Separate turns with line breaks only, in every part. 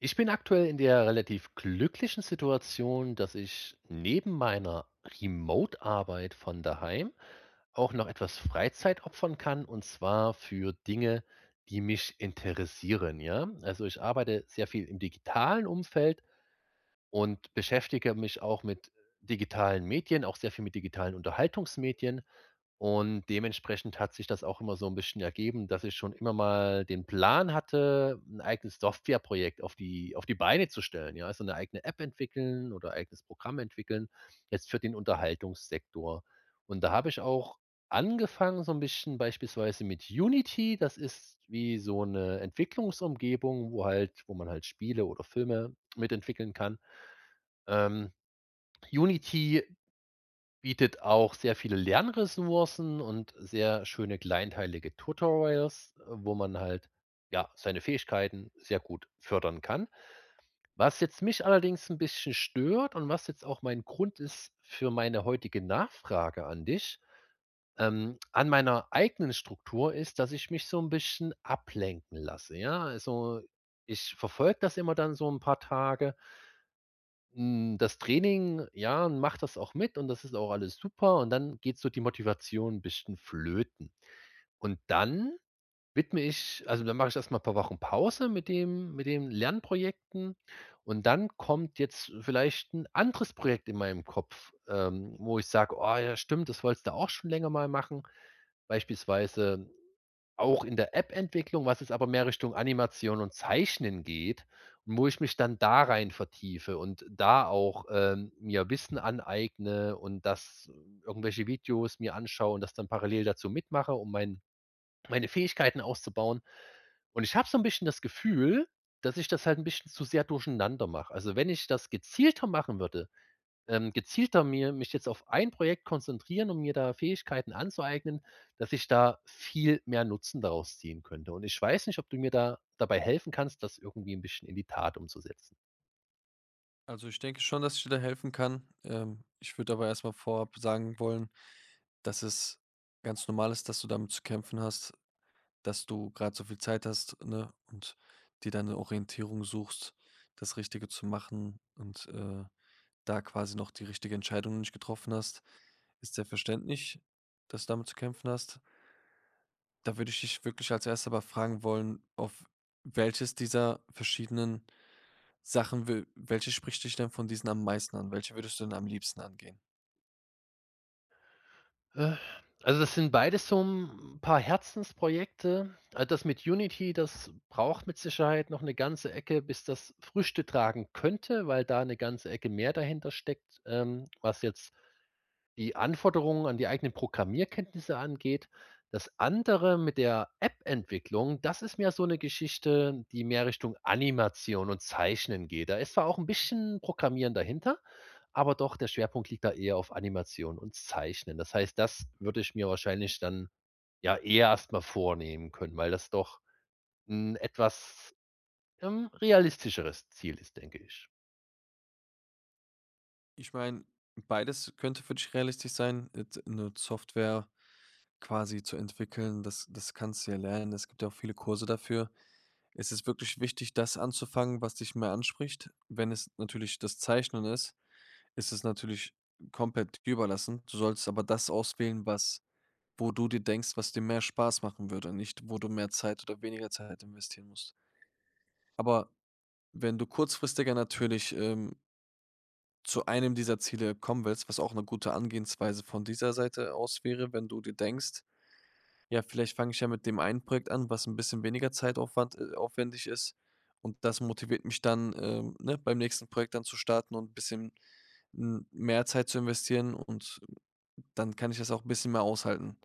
Ich bin aktuell in der relativ glücklichen Situation, dass ich neben meiner Remote-Arbeit von daheim auch noch etwas Freizeit opfern kann und zwar für Dinge, die mich interessieren, ja? Also, ich arbeite sehr viel im digitalen Umfeld und beschäftige mich auch mit digitalen Medien, auch sehr viel mit digitalen Unterhaltungsmedien. Und dementsprechend hat sich das auch immer so ein bisschen ergeben, dass ich schon immer mal den Plan hatte, ein eigenes Softwareprojekt auf die Beine zu stellen, ja? Also, eine eigene App entwickeln oder eigenes Programm entwickeln, jetzt für den Unterhaltungssektor. Und da habe ich auch angefangen so ein bisschen beispielsweise mit Unity. Das ist wie so eine Entwicklungsumgebung, wo man halt Spiele oder Filme mitentwickeln kann. Ähm, Unity bietet auch sehr viele Lernressourcen und sehr schöne kleinteilige Tutorials, wo man halt, ja, seine Fähigkeiten sehr gut fördern kann. Was jetzt mich allerdings ein bisschen stört und was jetzt auch mein Grund ist für meine heutige Nachfrage an dich, an meiner eigenen Struktur ist, dass ich mich so ein bisschen ablenken lasse, ja? Also, ich verfolge das immer dann so ein paar Tage. Das Training, ja, macht das auch mit und das ist auch alles super und dann geht so die Motivation 'n bisschen flöten. Und dann widme ich also, dann mache ich erst mal paar Wochen Pause mit den Lernprojekten und dann kommt jetzt vielleicht ein anderes Projekt in meinem Kopf, wo ich sage: „Oh ja, stimmt, das wolltest du auch schon länger mal machen.“ Beispielsweise auch in der App-Entwicklung, was jetzt aber mehr Richtung Animation und Zeichnen geht und wo ich mich dann da rein vertiefe und da auch, mir Wissen aneigne und das irgendwelche Videos mir anschaue und das dann parallel dazu mitmache, um meine Fähigkeiten auszubauen. Und ich habe so ein bisschen das Gefühl, dass ich das halt ein bisschen zu sehr durcheinander mache. Also, wenn ich das gezielter machen würde, gezielter mir mich jetzt auf ein Projekt konzentrieren und mir da Fähigkeiten anzueignen, dass ich da viel mehr Nutzen daraus ziehen könnte. Und ich weiß nicht, ob du mir da dabei helfen kannst, das irgendwie ein bisschen in die Tat umzusetzen.
Also, ich denke schon, dass ich dir da helfen kann. Ich würde aber erstmal vorab sagen wollen, dass es ganz normal ist, dass du damit zu kämpfen hast, dass du gerade so viel Zeit hast, ne, und dir deine Orientierung suchst, das Richtige zu machen und da quasi noch die richtige Entscheidung nicht getroffen hast. Ist sehr verständlich, dass du damit zu kämpfen hast. Da würde ich dich wirklich als Erstes aber fragen wollen, auf welches dieser verschiedenen Sachen will welche spricht dich denn von diesen am meisten an? Welche würdest du denn am liebsten angehen?
Äh, also, das sind beides so ein paar Herzensprojekte. Das mit Unity, das braucht mit Sicherheit noch eine ganze Ecke, bis das Früchte tragen könnte, weil da eine ganze Ecke mehr dahinter steckt, was jetzt die Anforderungen an die eigenen Programmierkenntnisse angeht. Das andere mit der App-Entwicklung, das ist mehr so eine Geschichte, die mehr Richtung Animation und Zeichnen geht. Da ist zwar auch ein bisschen Programmieren dahinter, aber doch der Schwerpunkt liegt da eher auf Animation und Zeichnen. Das heißt, das würde ich mir wahrscheinlich dann, ja, eher erstmal vornehmen können, weil das doch ein etwas, realistischeres Ziel ist, denke ich.
Ich meine, beides könnte für dich realistisch sein, jetzt 'ne Software quasi zu entwickeln. Das kannst du ja lernen. Es gibt ja auch viele Kurse dafür. Es ist wirklich wichtig, das anzufangen, was dich mehr anspricht. Wenn es natürlich das Zeichnen ist, ist es natürlich komplett dir überlassen. Du solltest aber das auswählen, was wo du dir denkst, was dir mehr Spaß machen würde, nicht wo du mehr Zeit oder weniger Zeit investieren musst. Aber wenn du kurzfristiger natürlich, zu einem dieser Ziele kommen willst, was auch eine gute Angehensweise von dieser Seite aus wäre, wenn du dir denkst: „Ja, vielleicht fange ich ja mit dem einen Projekt an, was ein bisschen weniger Zeitaufwand aufwendig ist und das motiviert mich dann, ne, beim nächsten Projekt dann zu starten und ein bisschen, mehr Zeit zu investieren und dann kann ich das auch ein bisschen mehr aushalten."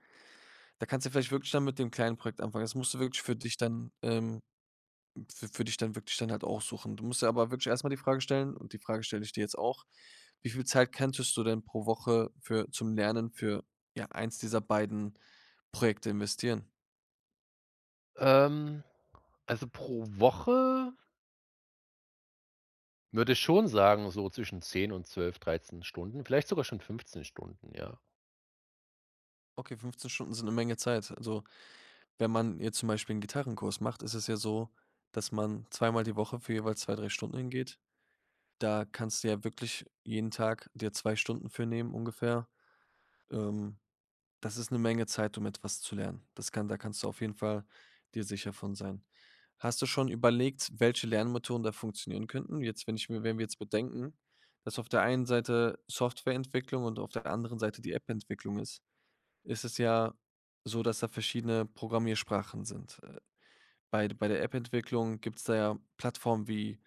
Da kannst du vielleicht wirklich dann mit dem kleinen Projekt anfangen. Das musst du wirklich für dich dann, wü würde ich dann wirklich dann halt auch suchen. Du musst dir aber wirklich erst mal die Frage stellen und die Frage stelle ich dir jetzt auch: Wie viel Zeit könntest du denn pro Woche für zum Lernen für, ja, eins dieser beiden Projekte investieren?
Ähm, also pro Woche würde schon sagen, so zwischen 10 und 12 13 Stunden, vielleicht sogar schon 15 Stunden, ja.
Okay, 15 Stunden sind eine Menge Zeit. Also, wenn man jetzt zum Beispiel einen Gitarrenkurs macht, ist es ja so, dass man zweimal die Woche für jeweils 2 3 Stunden hingeht. Da kannst du ja wirklich jeden Tag dir 2 Stunden für nehmen ungefähr. Ähm Das ist eine Menge Zeit, um etwas zu lernen. Das kann Da kannst du auf jeden Fall dir sicher von sein. Hast du schon überlegt, welche Lernmethoden da funktionieren könnten? Jetzt, wenn ich mir wenn wir jetzt bedenken, dass auf der einen Seite Softwareentwicklung und auf der anderen Seite die App-Entwicklung ist, ist es ja so, dass da verschiedene Programmiersprachen sind. Bei der App-Entwicklung gibt's da ja Plattformen wie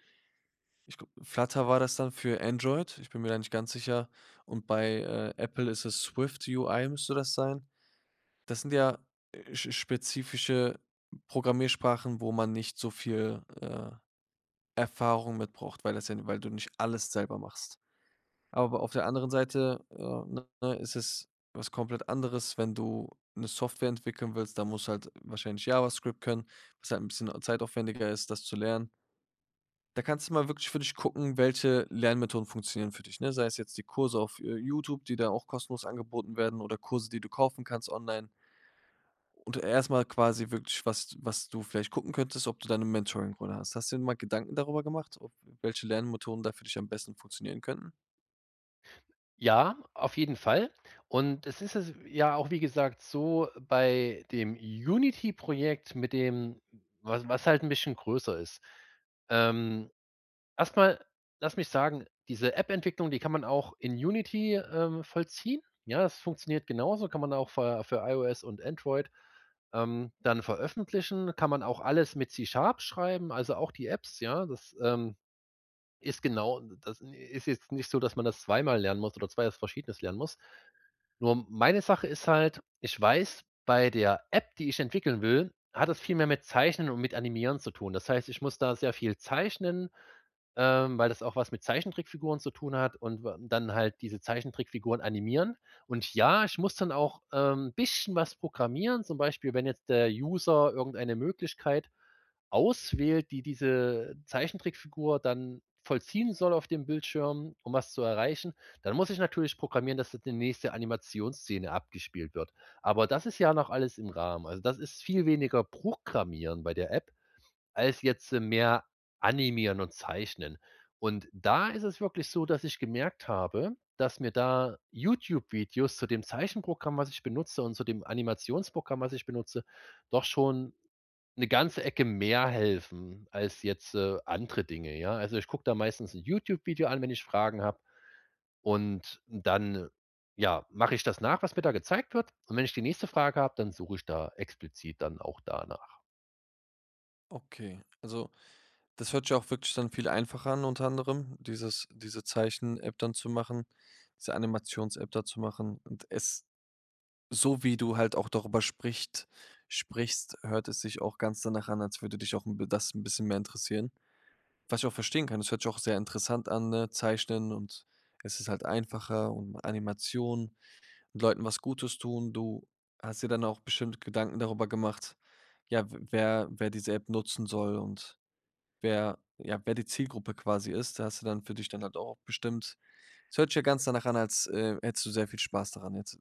ich gl Flutter war das dann für Android, ich bin mir da nicht ganz sicher. Und bei, Apple ist es Swift UI müsste das sein. Das sind ja, sch spezifische Programmiersprachen, wo man nicht so viel, Erfahrung mit braucht, weil das ja weil du nicht alles selber machst. Aber auf der anderen Seite, ne, ist es was komplett anderes, wenn du eine Software entwickeln willst, da musst du halt wahrscheinlich JavaScript können, was halt ein bisschen zeitaufwendiger ist, das zu lernen. Da kannst du mal wirklich für dich gucken, welche Lernmethoden funktionieren für dich, ne? Sei es jetzt die Kurse auf, YouTube, die da auch kostenlos angeboten werden oder Kurse, die du kaufen kannst online. Und erstmal quasi wirklich, was du vielleicht gucken könntest, ob du deine 'ne Mentoring-Rolle hast. Hast du dir mal Gedanken darüber gemacht, ob welche Lernmethoden da für dich am besten funktionieren könnten?
Ja, auf jeden Fall. Und es ist es ja auch, wie gesagt, so bei dem Unity-Projekt mit dem was was halt ein bisschen größer ist. Ähm, erst lass mich sagen, diese App-Entwicklung, die kann man auch in Unity, vollziehen. Ja, das funktioniert genauso, kann man auch für iOS und Android. Dann veröffentlichen kann man auch alles mit C-Sharp schreiben, also auch die Apps, ja. Das ist jetzt nicht so, dass man das zweimal lernen muss oder 2 was Verschiedenes lernen muss. Nur meine Sache ist halt, ich weiß, bei der App, die ich entwickeln will, hat das viel mehr mit Zeichnen und mit Animieren zu tun. Das heißt, ich muss da sehr viel zeichnen, weil das auch was mit Zeichentrickfiguren zu tun hat und w dann halt diese Zeichentrickfiguren animieren. Und ja, ich muss dann auch ein bisschen was programmieren, zum Beispiel, wenn jetzt der User irgendeine Möglichkeit auswählt, die diese Zeichentrickfigur dann vollziehen soll auf dem Bildschirm, um was zu erreichen, dann muss ich natürlich programmieren, dass jetzt die nächste Animationsszene abgespielt wird. Aber das ist ja noch alles im Rahmen. Also, das ist viel weniger Programmieren bei der App als jetzt, mehr Animieren und Zeichnen. Und da ist es wirklich so, dass ich gemerkt habe, dass mir da YouTube-Videos zu dem Zeichenprogramm, was ich benutze und zu dem Animationsprogramm, was ich benutze, doch schon eine ganze Ecke mehr helfen als jetzt, andere Dinge, ja? Also, ich gucke da meistens ein YouTube-Video an, wenn ich Fragen habe und dann, ja, mache ich das nach, was mir da gezeigt wird. Und wenn ich die nächste Frage habe, dann suche ich da explizit dann auch danach.
Okay, also, das hört sich auch wirklich dann viel einfacher an unter anderem, diese Zeichen-App dann zu machen, diese Animations-App da zu machen. Und es so wie du halt auch darüber sprichst, hört es sich auch ganz danach an, als würde dich auch 'n b das ein bisschen mehr interessieren. Was ich auch verstehen kann, das hört sich auch sehr interessant an, ne? Zeichnen und es ist halt einfacher und Animation und Leuten was Gutes tun. Du hast dir dann auch bestimmt Gedanken darüber gemacht, ja, w wer wer diese App nutzen soll und wer die Zielgruppe quasi ist. Da hast du dann für dich dann halt auch bestimmt, es hört sich ja ganz danach an, als, hättest du sehr viel Spaß daran. Jetzt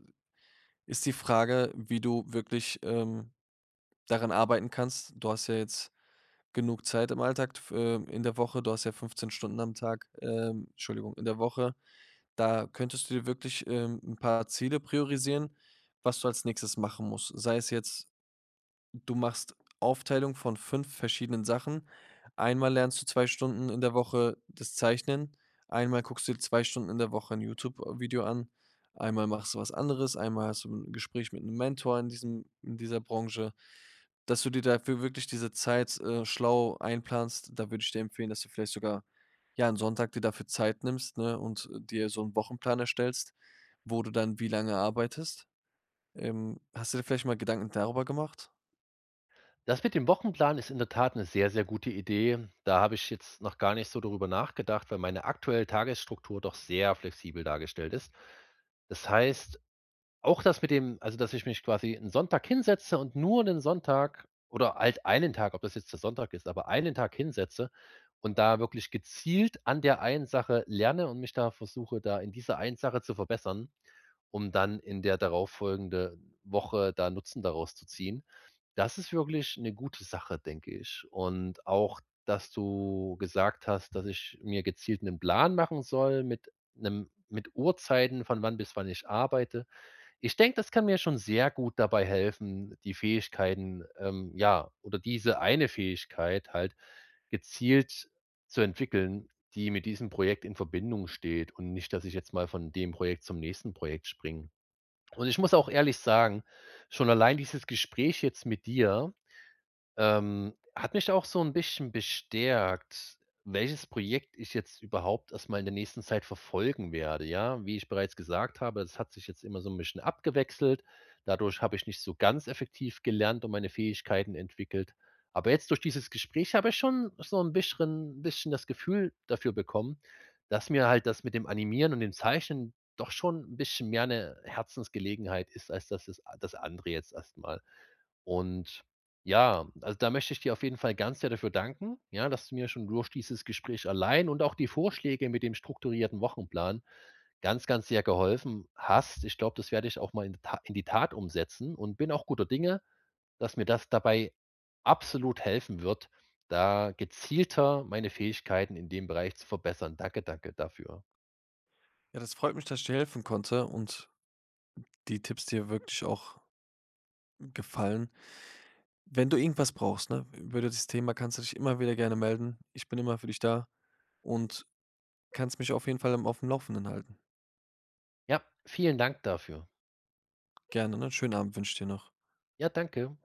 ist die Frage, wie du wirklich, daran arbeiten kannst. Du hast ja jetzt genug Zeit im Alltag, f in der Woche, du hast ja 15 Stunden am Tag, Entschuldigung, in der Woche. Da könntest du dir wirklich, 'n paar Ziele priorisieren, was du als Nächstes machen musst. Sei es jetzt, du machst Aufteilung von 5 verschiedenen Sachen. Einmal lernst du 2 Stunden in der Woche das Zeichnen, einmal guckst du dir 2 Stunden in der Woche ein YouTube-Video an, einmal machst du was anderes, einmal hast du ein Gespräch mit einem Mentor in diesem in dieser Branche. Dass du dir dafür wirklich diese Zeit, schlau einplanst, da würde ich dir empfehlen, dass du vielleicht sogar, ja, 'n Sonntag dir dafür Zeit nimmst, ne, und, dir so einen Wochenplan erstellst, wo du dann wie lange arbeitest. Hast du dir vielleicht mal Gedanken darüber gemacht?
Das mit dem Wochenplan ist in der Tat eine sehr, sehr gute Idee. Da habe ich jetzt noch gar nicht so darüber nachgedacht, weil meine aktuelle Tagesstruktur doch sehr flexibel dargestellt ist. Das heißt, auch das mit dem also, dass ich mich quasi einen Sonntag hinsetze und nur den Sonntag oder halt einen Tag, ob das jetzt der Sonntag ist, aber einen Tag hinsetze und da wirklich gezielt an der einen Sache lerne und mich da versuche, da in dieser einen Sache zu verbessern, um dann in der darauffolgende Woche da Nutzen daraus zu ziehen. Das ist wirklich eine gute Sache, denke ich. Und auch, dass du gesagt hast, dass ich mir gezielt einen Plan machen soll mit Uhrzeiten, von wann bis wann ich arbeite. Ich denke, das kann mir schon sehr gut dabei helfen, die Fähigkeiten, ja oder diese eine Fähigkeit halt gezielt zu entwickeln, die mit diesem Projekt in Verbindung steht und nicht, dass ich jetzt mal von dem Projekt zum nächsten Projekt springe. Und ich muss auch ehrlich sagen, schon allein dieses Gespräch jetzt mit dir hat mich auch so ein bisschen bestärkt, welches Projekt ich jetzt überhaupt erst mal in der nächsten Zeit verfolgen werde, ja? Wie ich bereits gesagt habe, das hat sich jetzt immer so ein bisschen abgewechselt. Dadurch habe ich nicht so ganz effektiv gelernt und meine Fähigkeiten entwickelt. Aber jetzt durch dieses Gespräch habe ich schon so ein bisschen das Gefühl dafür bekommen, dass mir halt das mit dem Animieren und dem Zeichnen doch schon ein bisschen mehr eine Herzensgelegenheit ist als das andere jetzt erstmal. Und ja, also da möchte ich dir auf jeden Fall ganz sehr dafür danken, ja, dass du mir schon durch dieses Gespräch allein und auch die Vorschläge mit dem strukturierten Wochenplan ganz, ganz sehr geholfen hast. Ich glaube, das werde ich auch mal in die Tat umsetzen und bin auch guter Dinge, dass mir das dabei absolut helfen wird, da gezielter meine Fähigkeiten in dem Bereich zu verbessern. Danke, danke dafür.
Ja, das freut mich, dass ich dir helfen konnte und die Tipps dir wirklich auch gefallen. Wenn du irgendwas brauchst, ne, über das Thema kannst du dich immer wieder gerne melden. Ich bin immer für dich da und kannst mich auf jeden Fall im auf dem Laufenden halten.
Ja, vielen Dank dafür.
Gerne, ne? Schönen Abend wünsche ich dir noch.
Ja, danke.